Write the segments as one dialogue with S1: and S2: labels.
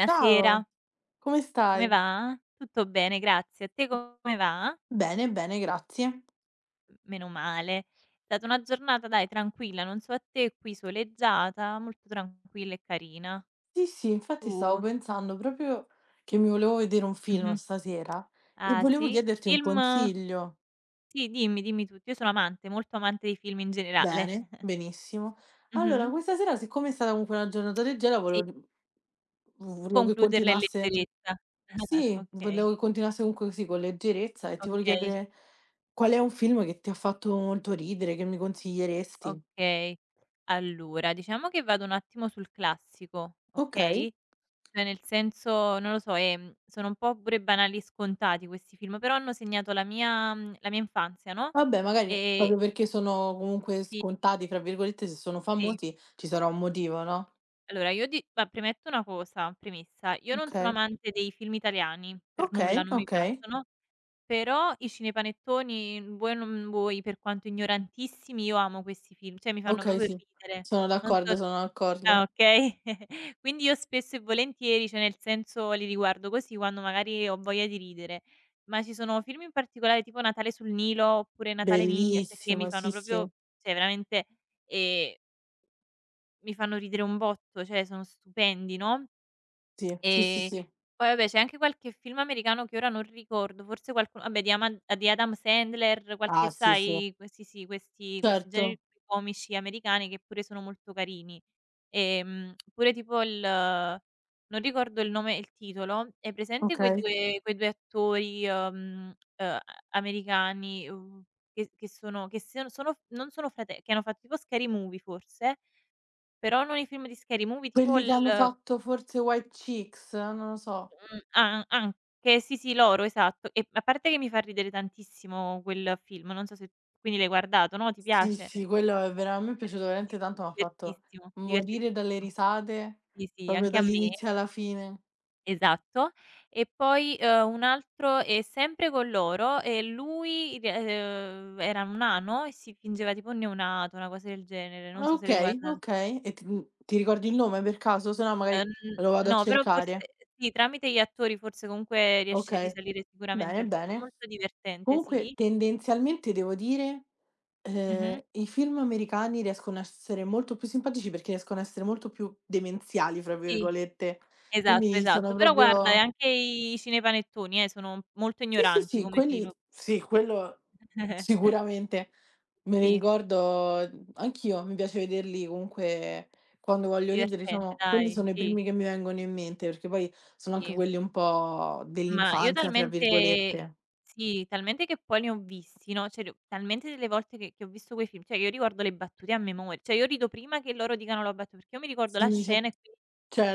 S1: Ciao, come
S2: come
S1: stai?
S2: va? Tutto bene, grazie. A te come va?
S1: Bene, bene, grazie.
S2: Meno male. È stata una giornata, dai, tranquilla, non so a te, qui soleggiata, molto tranquilla e carina.
S1: Sì, sì, infatti stavo
S2: Tu?
S1: pensando proprio che mi volevo vedere un film
S2: Mh-mh.
S1: stasera e
S2: Ah,
S1: volevo
S2: sì?
S1: chiederti un
S2: Film
S1: consiglio.
S2: Sì, dimmi, dimmi tutto. Io sono amante, molto amante dei film in generale.
S1: Bene, benissimo. Allora,
S2: Mh-mh.
S1: questa sera, siccome è stata comunque una giornata leggera,
S2: Sì,
S1: volevo che
S2: concluderla in
S1: continuasse.
S2: leggerezza.
S1: Sì,
S2: Okay,
S1: volevo che continuasse comunque così con leggerezza e ti volevo
S2: okay,
S1: chiedere qual è un film che ti ha fatto molto ridere, che mi consiglieresti?
S2: okay. Allora, diciamo che vado un attimo sul classico,
S1: Ok.
S2: okay? Cioè nel senso, non lo so, sono un po' pure banali e scontati questi film, però hanno segnato la mia infanzia, no,
S1: Vabbè, magari
S2: ehm
S1: proprio perché sono comunque
S2: sì,
S1: "scontati", fra virgolette, se sono
S2: sì.
S1: famosi ci sarà un motivo, no?
S2: Allora io di va premetto una cosa, premessa: io non sono
S1: Okay,
S2: amante dei film italiani, per nulla,
S1: okay,
S2: non mi
S1: okay.
S2: piacciono, però i cinepanettoni, vuoi o non vuoi, per quanto ignorantissimi, io amo questi film, cioè mi fanno
S1: Okay,
S2: proprio
S1: sì.
S2: ridere.
S1: Sono
S2: Non so.
S1: d'accordo, sono
S2: Ah,
S1: d'accordo.
S2: okay. Quindi io spesso e volentieri, cioè nel senso li riguardo così quando magari ho voglia di ridere, ma ci sono film in particolare tipo Natale sul Nilo oppure Natale in India, cioè che mi
S1: Bellissimo, sì,
S2: fanno
S1: sì,
S2: proprio, cioè veramente, ehm, mi fanno ridere un botto, cioè sono stupendi, no,
S1: sì, sì, sì,
S2: ehm,
S1: sì.
S2: poi vabbè c'è anche qualche film americano che ora non ricordo, forse qualcuno vabbè di Ama di Adam Sandler, qualche
S1: Ah, sì, sì.
S2: sai questi sì, questi
S1: Certo,
S2: generi comici americani che pure sono molto carini. Pure tipo il non ricordo il nome e il titolo. Hai presente quei
S1: okay.
S2: 2 quei 2 attori, americani, che sono che se sono non sono frate che hanno fatto tipo Scary Movie forse, però non i film di Scary Movie, tipo
S1: Quelli
S2: il
S1: che hanno fatto forse White Chicks? Non lo so.
S2: mhmm, a anche sì, sì, loro, esatto. E a parte che mi fa ridere tantissimo quel film, non so se quindi l'hai guardato, no, ti
S1: Sì,
S2: piace?
S1: sì,
S2: È
S1: quello è vera a me è piaciuto
S2: è
S1: veramente
S2: di
S1: tanto, m'ha fatto
S2: divertissimo, divertentissimo.
S1: morire dalle risate,
S2: Sì, sì,
S1: proprio
S2: anche a me.
S1: dall'inizio alla fine.
S2: Esatto. E poi, un altro e sempre con loro e lui ri era un nano e si fingeva tipo un neonato, una cosa del genere, non
S1: Ah
S2: so se l'hai
S1: okay,
S2: guarda.
S1: okay. E ti ricordi il nome per caso? Se no magari
S2: ehm,
S1: lo vado a
S2: no, però forse
S1: cercare.
S2: sì, tramite gli attori forse comunque riesci a
S1: Okay,
S2: risalire sicuramente
S1: bene,
S2: al film.
S1: bene.
S2: Molto divertente,
S1: Comunque
S2: sì.
S1: tendenzialmente devo dire,
S2: Mh-mh.
S1: i film americani riescono a essere molto più simpatici perché riescono a essere molto più "demenziali" fra
S2: Sì,
S1: virgolette.
S2: esatto,
S1: Quindi sono
S2: esatto. Però guarda, e
S1: proprio.
S2: anche i cinepanettoni, sono molto
S1: Sì, sì,
S2: ignoranti
S1: sì,
S2: come
S1: quelli
S2: film.
S1: sì, quello sicuramente. Me li
S2: Sì,
S1: ricordo anch'io, mi piace vederli comunque quando voglio ridere,
S2: divertente
S1: diciamo, quelli
S2: dai,
S1: sono i
S2: sì,
S1: primi che mi vengono in mente, perché poi sono anche
S2: sì.
S1: quelli un po'
S2: Ma io
S1: "dell'infanzia" fra
S2: talmente
S1: virgolette.
S2: sì, talmente che poi li ho visti, no, cioè li ho talmente delle volte che ho visto quei film, cioè io ricordo le battute a memoria, cioè io rido prima che loro dicano la battuta, perché io mi ricordo
S1: Sì,
S2: la
S1: cer
S2: scena e quindi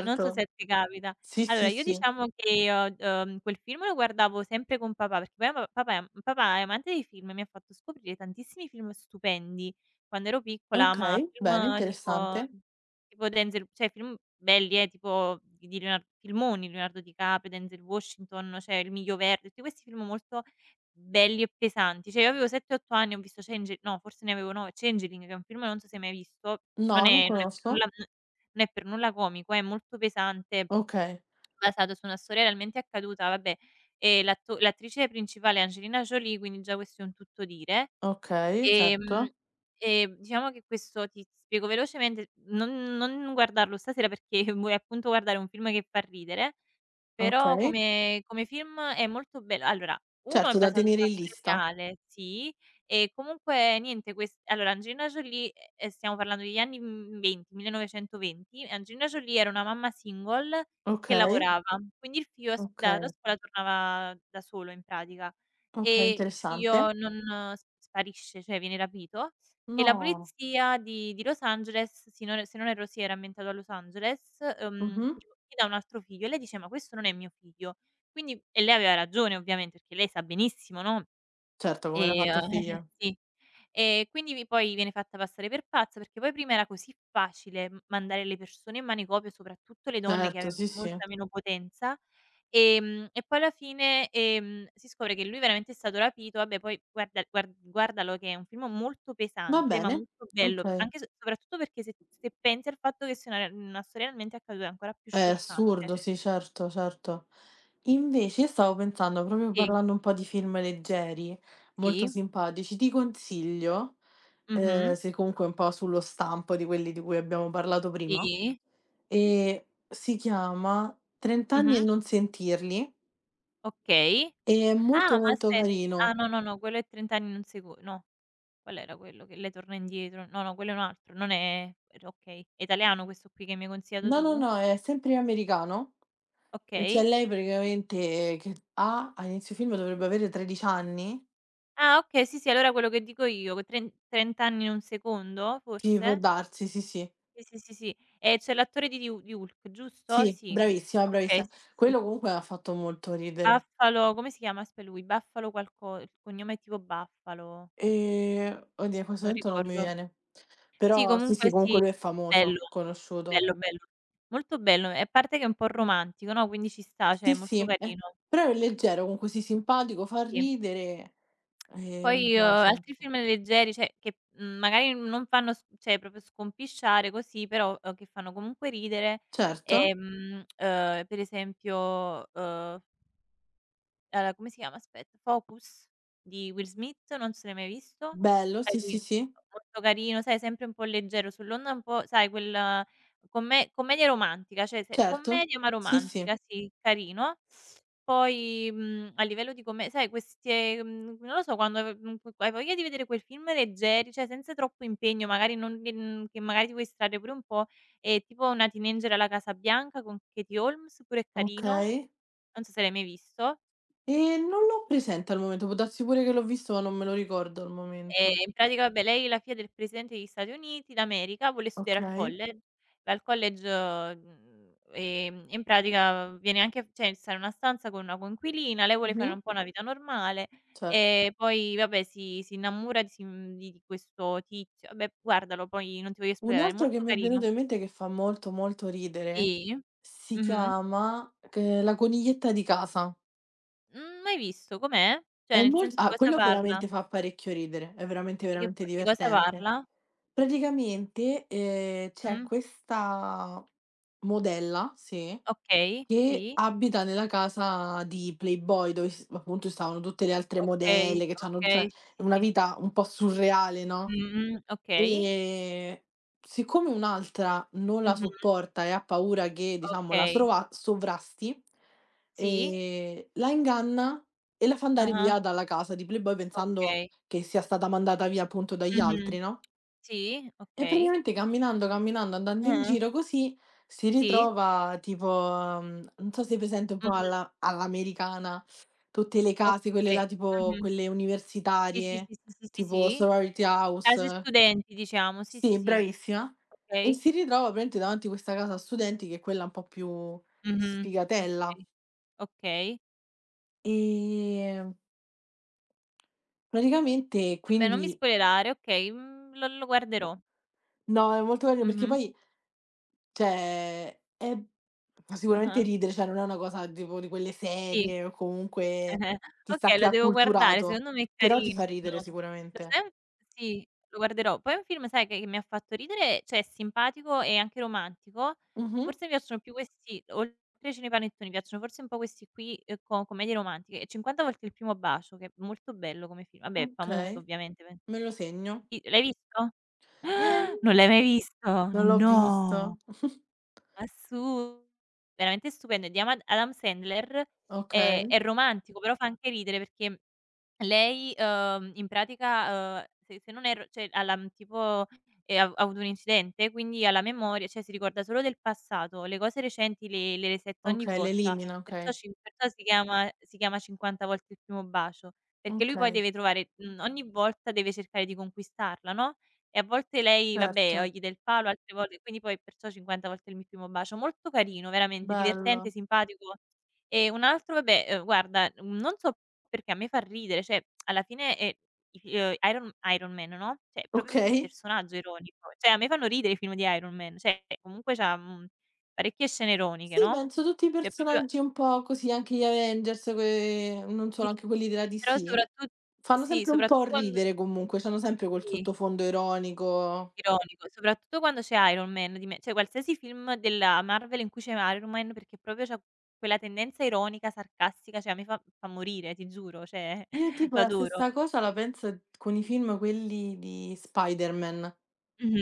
S2: non so se a te capita.
S1: Sì,
S2: Allora
S1: sì,
S2: io
S1: sì.
S2: diciamo che, quel film lo guardavo sempre con papà, perché poi pa papà è amante dei film e mi ha fatto scoprire tantissimi film stupendi quando ero piccola, ma
S1: Okay, bene,
S2: film tipo.
S1: interessante.
S2: Denzel, cioè film belli, tipo di Leonardo filmoni, Leonardo DiCaprio, Denzel Washington, cioè Il Miglio Verde, tutti questi film molto belli e pesanti. Cioè io avevo 7, 8 anni, ho visto Change no, forse ne avevo 9, Changeling che è un film non so se hai mai visto,
S1: No,
S2: non
S1: non
S2: è non è per
S1: conosco.
S2: nulla n non è per nulla comico, è molto pesante,
S1: Okay,
S2: basato su una storia realmente accaduta, vabbè, l'attrice principale è Angelina Jolie, quindi già questo è un tutto dire.
S1: okay,
S2: Ehm,
S1: certo.
S2: e diciamo che questo ti spiego velocemente, non guardarlo stasera perché vuoi appunto guardare un film che fa ridere, però
S1: Okay.
S2: come film è molto bello. Allora, 1 è
S1: Certo, da
S2: basato su
S1: tenere
S2: una
S1: in
S2: storia
S1: lista.
S2: reale, sì, e comunque niente quest allora Angelina Jolie, stiamo parlando degli anni, '20, 1920, Angelina Jolie era una mamma single che
S1: Okay,
S2: lavorava, quindi il figlio a s da da
S1: okay,
S2: scuola tornava da solo in pratica.
S1: okay,
S2: E il
S1: interessante.
S2: figlio non s sparisce, cioè viene rapito, e la
S1: No.
S2: polizia di Los Angeles, sì, non se non erro, sì, era ambientato a Los Angeles,
S1: Mh-mh.
S2: gli dà un altro figlio e lei dice: "Ma questo non è mio figlio". E lei aveva ragione, ovviamente, perché lei sa benissimo, no?
S1: Certo, come l'ha
S2: E
S1: fatto figlia.
S2: sì. E quindi vi poi viene fatta passare per pazza, perché poi prima era così facile m mandare le persone in manicomio, soprattutto le donne che
S1: Certo,
S2: avevano
S1: sì, sì.
S2: molta meno potenza, e poi alla fine, si scopre che lui veramente è stato rapito. Vabbè poi guardalo che è un film molto
S1: Va
S2: pesante, ma
S1: bene,
S2: molto bello,
S1: okay.
S2: anche se soprattutto perché se pensi al fatto che sia una storia realmente accaduta è ancora più
S1: È
S2: scioccante.
S1: assurdo, sì, certo, certo. Invece io stavo pensando, proprio
S2: Sì,
S1: parlando un po' di film leggeri, molto
S2: sì,
S1: simpatici, ti consiglio,
S2: mh-mh,
S1: sei comunque un po' sullo stampo di quelli di cui abbiamo parlato prima,
S2: sì,
S1: ehm, si chiama "30 anni e
S2: mh-mh.
S1: non sentirli"
S2: Okay.
S1: e è
S2: Ah,
S1: molto,
S2: ma
S1: molto
S2: aspe ah,
S1: carino.
S2: no, no, no, quello è 30 anni non secu no, qual era quello che lei torna indietro? No, no, quello è un altro, non è r okay. È italiano questo qui che mi hai consigliato
S1: No, no,
S2: tu?
S1: no, è sempre americano. E cioè
S2: Okay.
S1: lei praticamente che ha a inizio film dovrebbe avere 13 anni?
S2: Ah, okay, sì, sì, allora quello che dico io, que tren 30 anni e un secondo,
S1: Sì, può
S2: forse?
S1: darsi, sì, sì.
S2: Sì, sì, sì, sì. E c'è l'attore di Hulk, giusto?
S1: Sì,
S2: Sì.
S1: bravissima,
S2: Okay,
S1: bravissima.
S2: sì, sì, sì.
S1: Quello comunque m'ha fatto molto ridere.
S2: Buffalo come si chiama? Aspe lui, Buffalo qualco il cognome è tipo Buffalo,
S1: Oddio in questo
S2: non
S1: momento non mi
S2: ricordo.
S1: viene.
S2: Sì,
S1: Però sì, sì,
S2: comunque
S1: comunque
S2: sì,
S1: lui è
S2: bello.
S1: famoso, conosciuto.
S2: Bello, bello. Molto bello e a parte che è un po' romantico, no, quindi ci sta, cioè è
S1: Sì,
S2: molto
S1: sì,
S2: carino.
S1: però è leggero, comunque sì,
S2: Sì,
S1: simpatico,
S2: sì,
S1: fa
S2: sì.
S1: ridere, mi
S2: Poi,
S1: piace.
S2: altri film leggeri, cioè che, magari non fanno s cioè proprio scompisciare così, però, che fanno comunque ridere,
S1: Certo,
S2: per esempio, allora, come si chiama? Aspetta, Focus di Will Smith, non so se l'hai mai visto.
S1: bello, sì, sì,
S2: Carino,
S1: sì,
S2: molto carino, sai sempre un po' leggero, sull'onda un po' sai quel come commedia romantica, cioè se
S1: certo,
S2: commedia ma
S1: sì, sì,
S2: romantica, sì, carino. Poi, a livello di come sai queste, non lo so quando hai voglia di vedere quel film leggeri, cioè senza troppo impegno, magari non che n che magari ti vuoi distrarre pure un po', è tipo Una teenager alla Casa Bianca con Katie Holmes, pure è carino,
S1: okay.
S2: non so se l'hai mai visto.
S1: Non l'ho presente al momento, può darsi pure che l'ho visto, ma non me lo ricordo al momento.
S2: In pratica vabbè, lei è la figlia del presidente degli Stati Uniti d'America, vuole studiare al
S1: Okay.
S2: college, va al college, e in pratica viene anche cioè sta in una stanza con una coinquilina, lei vuole fare
S1: Mh-mh.
S2: un po' una vita normale
S1: Cer
S2: e poi vabbè si innamora di si mhmm, di questo tizio. Vabbè guardalo, poi non ti voglio
S1: Un
S2: spoilerare, è
S1: altro che
S2: molto
S1: mi è
S2: carino.
S1: venuto in mente che fa molto, molto ridere
S2: Sì.
S1: si
S2: Mh-mh.
S1: chiama c La coniglietta di casa.
S2: Mhmm, mai visto, com'è? Cioè nel senso di cosa
S1: Quello
S2: parla?
S1: veramente fa parecchio ridere, è veramente,
S2: Di che p
S1: veramente
S2: di cosa
S1: divertente.
S2: parla?
S1: Praticamente, c'è
S2: Mh.
S1: questa modella, sì,
S2: Okay,
S1: che
S2: sì.
S1: abita nella casa di Playboy, dove s appunto stavano tutte le altre
S2: Okay,
S1: modelle che c'hanno cioè
S2: okay, sì, sì,
S1: una
S2: sì.
S1: vita un po' surreale, no,
S2: Mh-mh, okay.
S1: ehm, siccome un'altra non la
S2: Mh-mh,
S1: sopporta e ha paura che, diciamo, la
S2: okay.
S1: srova sovrasti,
S2: Sì.
S1: la inganna e la fa andare
S2: Ah-ah,
S1: via dalla casa di Playboy pensando
S2: okay.
S1: che sia stata mandata via appunto dagli
S2: Mh-mh.
S1: altri, no?
S2: Sì,
S1: E
S2: okay.
S1: praticamente camminando, camminando, andando in
S2: Ah-ah,
S1: giro così, si
S2: sì.
S1: ritrova tipo, non so se hai presente un po'
S2: Mh-mh,
S1: alla all'americana, tutte le case, quelle
S2: okay.
S1: là tipo
S2: Mh-mh.
S1: quelle
S2: Sì, sì,
S1: universitarie,
S2: sì, sì, sì, sì,
S1: tipo
S2: sì.
S1: sorority
S2: Case
S1: house.
S2: studenti diciamo, sì, sì,
S1: Sì,
S2: sì.
S1: bravissima. E
S2: Okay.
S1: si ritrova praticamente davanti a questa casa studenti che è quella un po' più
S2: Mh-mh,
S1: sfigatella.
S2: okay, okay.
S1: Ehm, praticamente
S2: Vabbè non mi
S1: quindi
S2: spoilerare, okay, lo guarderò.
S1: no, è molto carino perché
S2: Mh-mh.
S1: poi. Cioè, è fa
S2: Ah-ah,
S1: sicuramente ridere, cioè non è una cosa tipo di quelle
S2: sì.
S1: serie o comunque chissà
S2: Okay,
S1: che
S2: lo devo guardare,
S1: acculturato,
S2: secondo me è
S1: però ti fa
S2: carino.
S1: ridere
S2: Lo
S1: sicuramente.
S2: sai un sì, lo guarderò. Poi un film sai che mi ha fatto ridere, cioè è simpatico e anche romantico,
S1: Mh-mh.
S2: forse mi piacciono più questi oltre ai cinepanettoni, mi piacciono forse un po' questi qui, co commedie romantiche, e 50 volte il primo bacio, che è molto bello come film. Vabbè, è famoso
S1: Okay,
S2: ovviamente, pen
S1: me lo segno.
S2: i l'hai visto?
S1: Eh,
S2: Non l'hai mai visto?
S1: non l'ho
S2: No!
S1: visto.
S2: Assurdo, veramente stupendo, è di Ama Adam Sandler, è
S1: Okay,
S2: è romantico, però fa anche ridere perché lei, in pratica, se non erro, cioè tipo, ha avuto un incidente, quindi ha la memoria cioè si ricorda solo del passato, le cose recenti le resetta ogni
S1: okay,
S2: volta,
S1: l'elimina,
S2: perciò
S1: okay.
S2: cin perciò si chiama "50 volte il primo bacio", perché lui poi
S1: Okay,
S2: deve ogni volta deve cercare di conquistarla, no, e a volte lei vabbè, o
S1: certo,
S2: gli dà il palo, altre volte, quindi poi perciò "50 volte il mio primo bacio". Molto carino, veramente divertente,
S1: bello.
S2: simpatico. E un altro vabbè, guarda, non so perché a me fa ridere, cioè alla fine, i fi Iron Man, no, cioè proprio perché il
S1: Okay.
S2: personaggio è ironico, cioè a me fanno ridere i film di Iron Man, cioè comunque c'ha, parecchie scene ironiche,
S1: Sì,
S2: no,
S1: penso tutti i
S2: cioè proprio
S1: personaggi un po' così, anche gli Avengers, que non
S2: sì,
S1: solo,
S2: sì,
S1: anche quelli della
S2: sì, però
S1: DC.
S2: soprattut
S1: Fanno
S2: sì,
S1: sempre un po'
S2: soprattutto quando
S1: ridere comunque, c'hanno sempre quel
S2: sì,
S1: sottofondo ironico.
S2: ironico, soprattutto quando c'è Iron Man di me, cioè qualsiasi film della Marvel in cui c'è Iron Man, perché proprio c'ha quella tendenza ironica, sarcastica, cioè a me fa morire, ti giuro, cioè
S1: Io tipo
S2: lo
S1: la
S2: adoro.
S1: stessa cosa la penso con i film quelli di Spider-Man.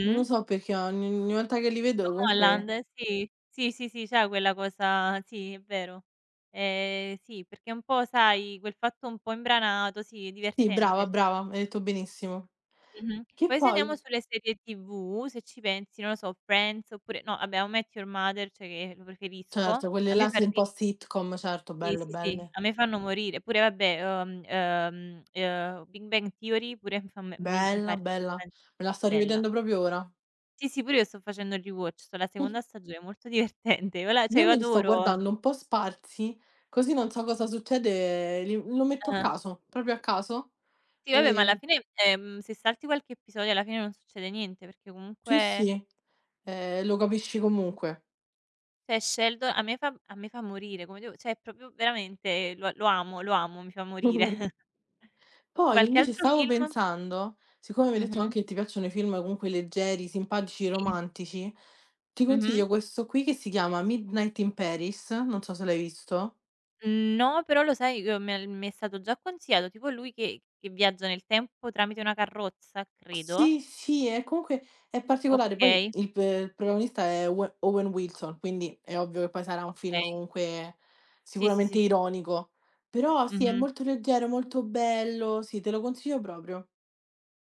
S1: Non lo so perché ogni volta che li vedo
S2: Tom
S1: comunque
S2: Holland, sì. Sì, sì, sì, c'ha quella cosa, sì, è vero. Sì, perché un po' sai, quel fatto un po' imbranato, sì,
S1: sì, brava,
S2: divertente.
S1: brava, hai detto benissimo.
S2: Mh-mh.
S1: Che
S2: Poi se andiamo
S1: poi
S2: sulle serie TV, se ci pensi, non lo so, Friends oppure no, vabbè, How I Met Your Mother, cioè che lo preferisco.
S1: certo, quelle
S2: A me
S1: là
S2: fa
S1: sì, un
S2: ri
S1: po' sitcom, certo,
S2: sì,
S1: belle,
S2: sì, sì,
S1: belle.
S2: a me fanno morire. Pure vabbè, Big Bang Theory pure fa m mi mi fa
S1: Bella, bella.
S2: ridere.
S1: Me la sto
S2: Bella.
S1: rivedendo proprio ora.
S2: Sì, sì, pure io sto facendo il rewatch, sto alla seconda stagione, molto divertente. Io la cioè
S1: Io
S2: io
S1: me li sto
S2: adoro.
S1: guardando un po' sparsi, così non so cosa succede, li lo metto a
S2: Ah.
S1: caso, proprio a caso.
S2: Sì vabbè, ma alla
S1: Ehm
S2: fine, se salti qualche episodio alla fine non succede niente, perché
S1: Sì,
S2: comunque
S1: sì, lo capisci comunque.
S2: cioè Sheldon a me fa morire, come devo cioè è proprio veramente lo amo, lo amo, mi fa morire.
S1: Poi
S2: Qualche
S1: invece
S2: altro
S1: stavo
S2: film,
S1: pensando, siccome mi hai detto
S2: mh-mh,
S1: anche che ti piacciono i film comunque leggeri, simpatici,
S2: sì,
S1: romantici, ti
S2: mh-mh.
S1: consiglio questo qui che si chiama Midnight in Paris, non so se l'hai visto.
S2: No, però lo sai, me mi è stato già consigliato, tipo lui che viaggia nel tempo tramite una carrozza, credo.
S1: Sì, sì, è comunque è particolare, poi
S2: Okay,
S1: il protagonista è Owen Wilson, quindi è ovvio che poi sarà un film
S2: okay.
S1: comunque
S2: Sì, sì, sì,
S1: sicuramente
S2: sì, sì.
S1: ironico. Però sì, è
S2: Mh-mh.
S1: molto leggero, molto bello, sì, te lo consiglio proprio.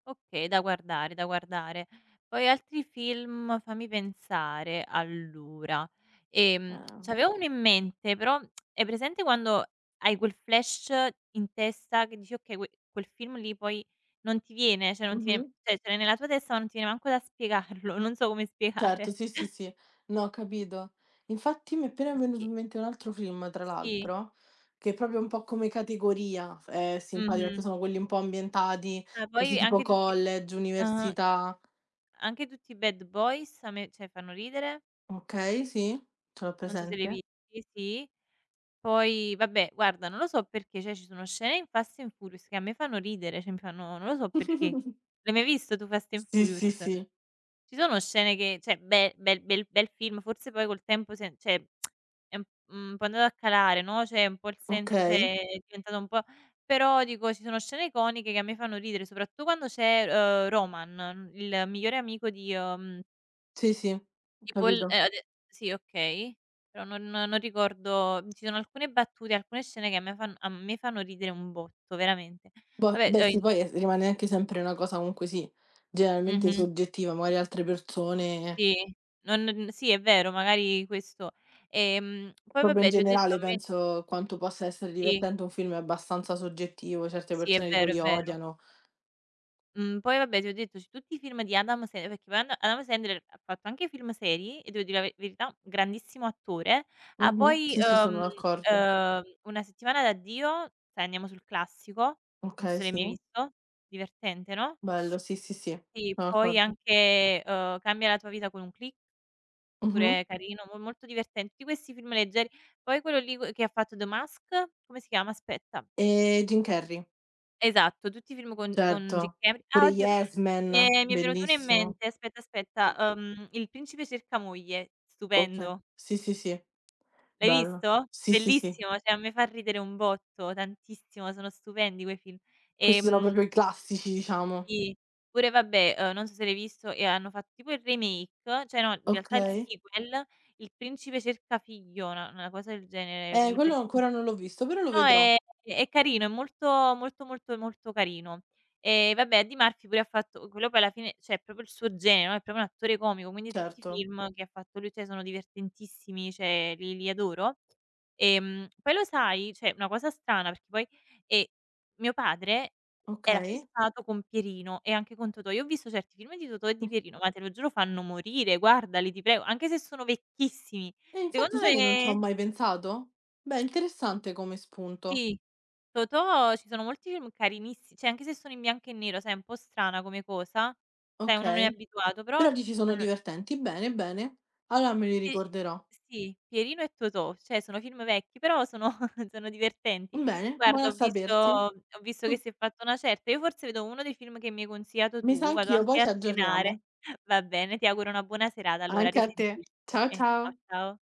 S2: Okay, da guardare, da guardare. Poi altri film, fammi pensare, allora,
S1: Ah.
S2: c'avevo uno in mente però hai presente quando hai quel flash in testa che dici: "Okay, quel film lì poi non ti viene, cioè non ti
S1: Mh-mh.
S2: viene, cioè ce l'hai nella tua testa ma non ti viene manco da spiegarlo, non so come
S1: Certo,
S2: spiegare."
S1: sì, sì, sì. No, ho capito. Infatti mi è appena venuto
S2: Sì,
S1: in mente un altro film, tra
S2: sì,
S1: l'altro, che proprio un po' come categoria f è simpatico, perché
S2: mh-mh.
S1: sono quelli un po' ambientati
S2: Ah,
S1: così
S2: poi
S1: tipo
S2: anche tutti
S1: college,
S2: ah-ah,
S1: università.
S2: anche tutti i Bad Boys a me cioè fanno ridere,
S1: Okay, sì, ce l'ho
S2: non so se li hai
S1: presente.
S2: visti, sì. Poi vabbè, guarda, non lo so perché, cioè ci sono scene in Fast and Furious che a me fanno ridere, cioè mi fanno, non lo so perché. L'hai mai visto tu Fast and
S1: Sì, sì,
S2: Furious?
S1: sì.
S2: Ci sono scene che cioè be bel bel bel film, forse poi col tempo se cioè è un, un po' andato a calare, no, cioè un po' il senso cioè
S1: Okay.
S2: è diventato un po', però dico ci sono scene iconiche che a me fanno ridere, soprattutto quando c'è, Roman, il migliore amico di,
S1: Sì, sì, ho
S2: tipo il,
S1: capito.
S2: ade sì okay, però non ricordo, ci sono alcune battute, alcune scene che a me fanno ridere un botto, veramente.
S1: Boh,
S2: Vabbè,
S1: beh sì, poi, rimane anche sempre una cosa comunque sì, generalmente
S2: mh-mh,
S1: soggettiva, magari altre persone.
S2: sì, non sì è vero, magari questo. Poi
S1: Proprio in
S2: vabbè ti ho detto a
S1: generale
S2: me,
S1: penso quanto possa essere
S2: sì,
S1: divertente un film è abbastanza soggettivo, certe
S2: sì è
S1: persone tipo
S2: vero, è
S1: li
S2: vero.
S1: odiano.
S2: Mhmm, poi vabbè ti ho detto c tutti i film di Adam Sandler, perché poi Ad Adam Sandler ha fatto anche film seri e devo dire la ve verità, grandissimo attore. Ha
S1: Mh-mh.
S2: poi,
S1: Sì, sì, sono d'accordo.
S2: Una settimana da Dio, sai andiamo sul classico, non so
S1: Okay,
S2: se l'hai
S1: sì.
S2: mai visto, divertente, no,
S1: Bello, sì, sì, sì,
S2: sì,
S1: sono
S2: poi
S1: d'accordo.
S2: anche, Cambia la tua vita con un click,
S1: Mh-mh.
S2: pure carino, mo molto diverten tutti questi film leggeri. Poi quello lì, que che ha fatto The Mask, come si chiama? Aspetta.
S1: E Jim Carrey,
S2: Esatto, tutti i film con Jim
S1: certo.
S2: Cam ah
S1: Pure
S2: oddio,
S1: Yes
S2: mi
S1: Man,
S2: è mi è venuto uno in
S1: bellissimo.
S2: mente, aspetta, aspetta, Il principe cerca moglie,
S1: Okay.
S2: stupendo.
S1: Sì, sì, sì,
S2: L'hai
S1: bello.
S2: visto?
S1: Sì, sì, sì.
S2: Bellissimo, cioè a me fa ridere un botto, tantissimo, sono stupendi quei film.
S1: Questi sono
S2: Ehm,
S1: proprio i classici, diciamo.
S2: sì, pure vabbè, non so se l'hai visto e hanno fatto tipo il remake, cioè no, in realtà il
S1: Okay.
S2: sequel, Il principe cerca figlio, una cosa del genere, l
S1: Quello
S2: perché
S1: ancora non l'ho visto, però lo
S2: no,
S1: vedrò.
S2: è carino, è molto, molto, molto, molto carino. E vabbè, Eddie Murphy pure ha fatto quello, poi alla fine cioè è proprio il suo genere, no, è proprio un attore comico, quindi tutti i
S1: Certo.
S2: film che ha fatto lui, cioè sono divertentissimi, cioè li adoro. Poi lo sai, cioè una cosa strana perché poi ehm, mio padre era
S1: Okay.
S2: fissato con Pierino e anche con Totò. Io ho visto certi film di Totò e di Pierino, ma te lo giuro fanno morire, guardali, ti prego, anche se sono vecchissimi.
S1: Infatti
S2: Secondo
S1: sai che non ci ho
S2: me
S1: mai pensato? Beh, interessante come spunto.
S2: sì, Totò ci sono molti film carinissi cioè anche se sono in bianco e nero, sai, è un po' strana come cosa, sai uno non è
S1: Okay.
S2: abituato, però
S1: Però dici sono
S2: hanno,
S1: divertenti. Bene, bene. Allora me li
S2: sì,
S1: ricorderò.
S2: sì, Pierino e Totò, cioè sono film vecchi, però sono sono divertenti.
S1: Bene, buono
S2: Guarda
S1: a
S2: ho visto
S1: sapersi.
S2: ho visto che si è fatta una certa, io forse vedo uno dei film che mi hai consigliato
S1: Mi sa
S2: tu, vado
S1: anch'io,
S2: anche
S1: poi
S2: a
S1: ci aggiorniamo.
S2: cenare. Va bene, ti auguro una buona serata allora, a
S1: Anche a te.
S2: risentirci
S1: Ciao,
S2: e ciao,
S1: ciao.
S2: ciao.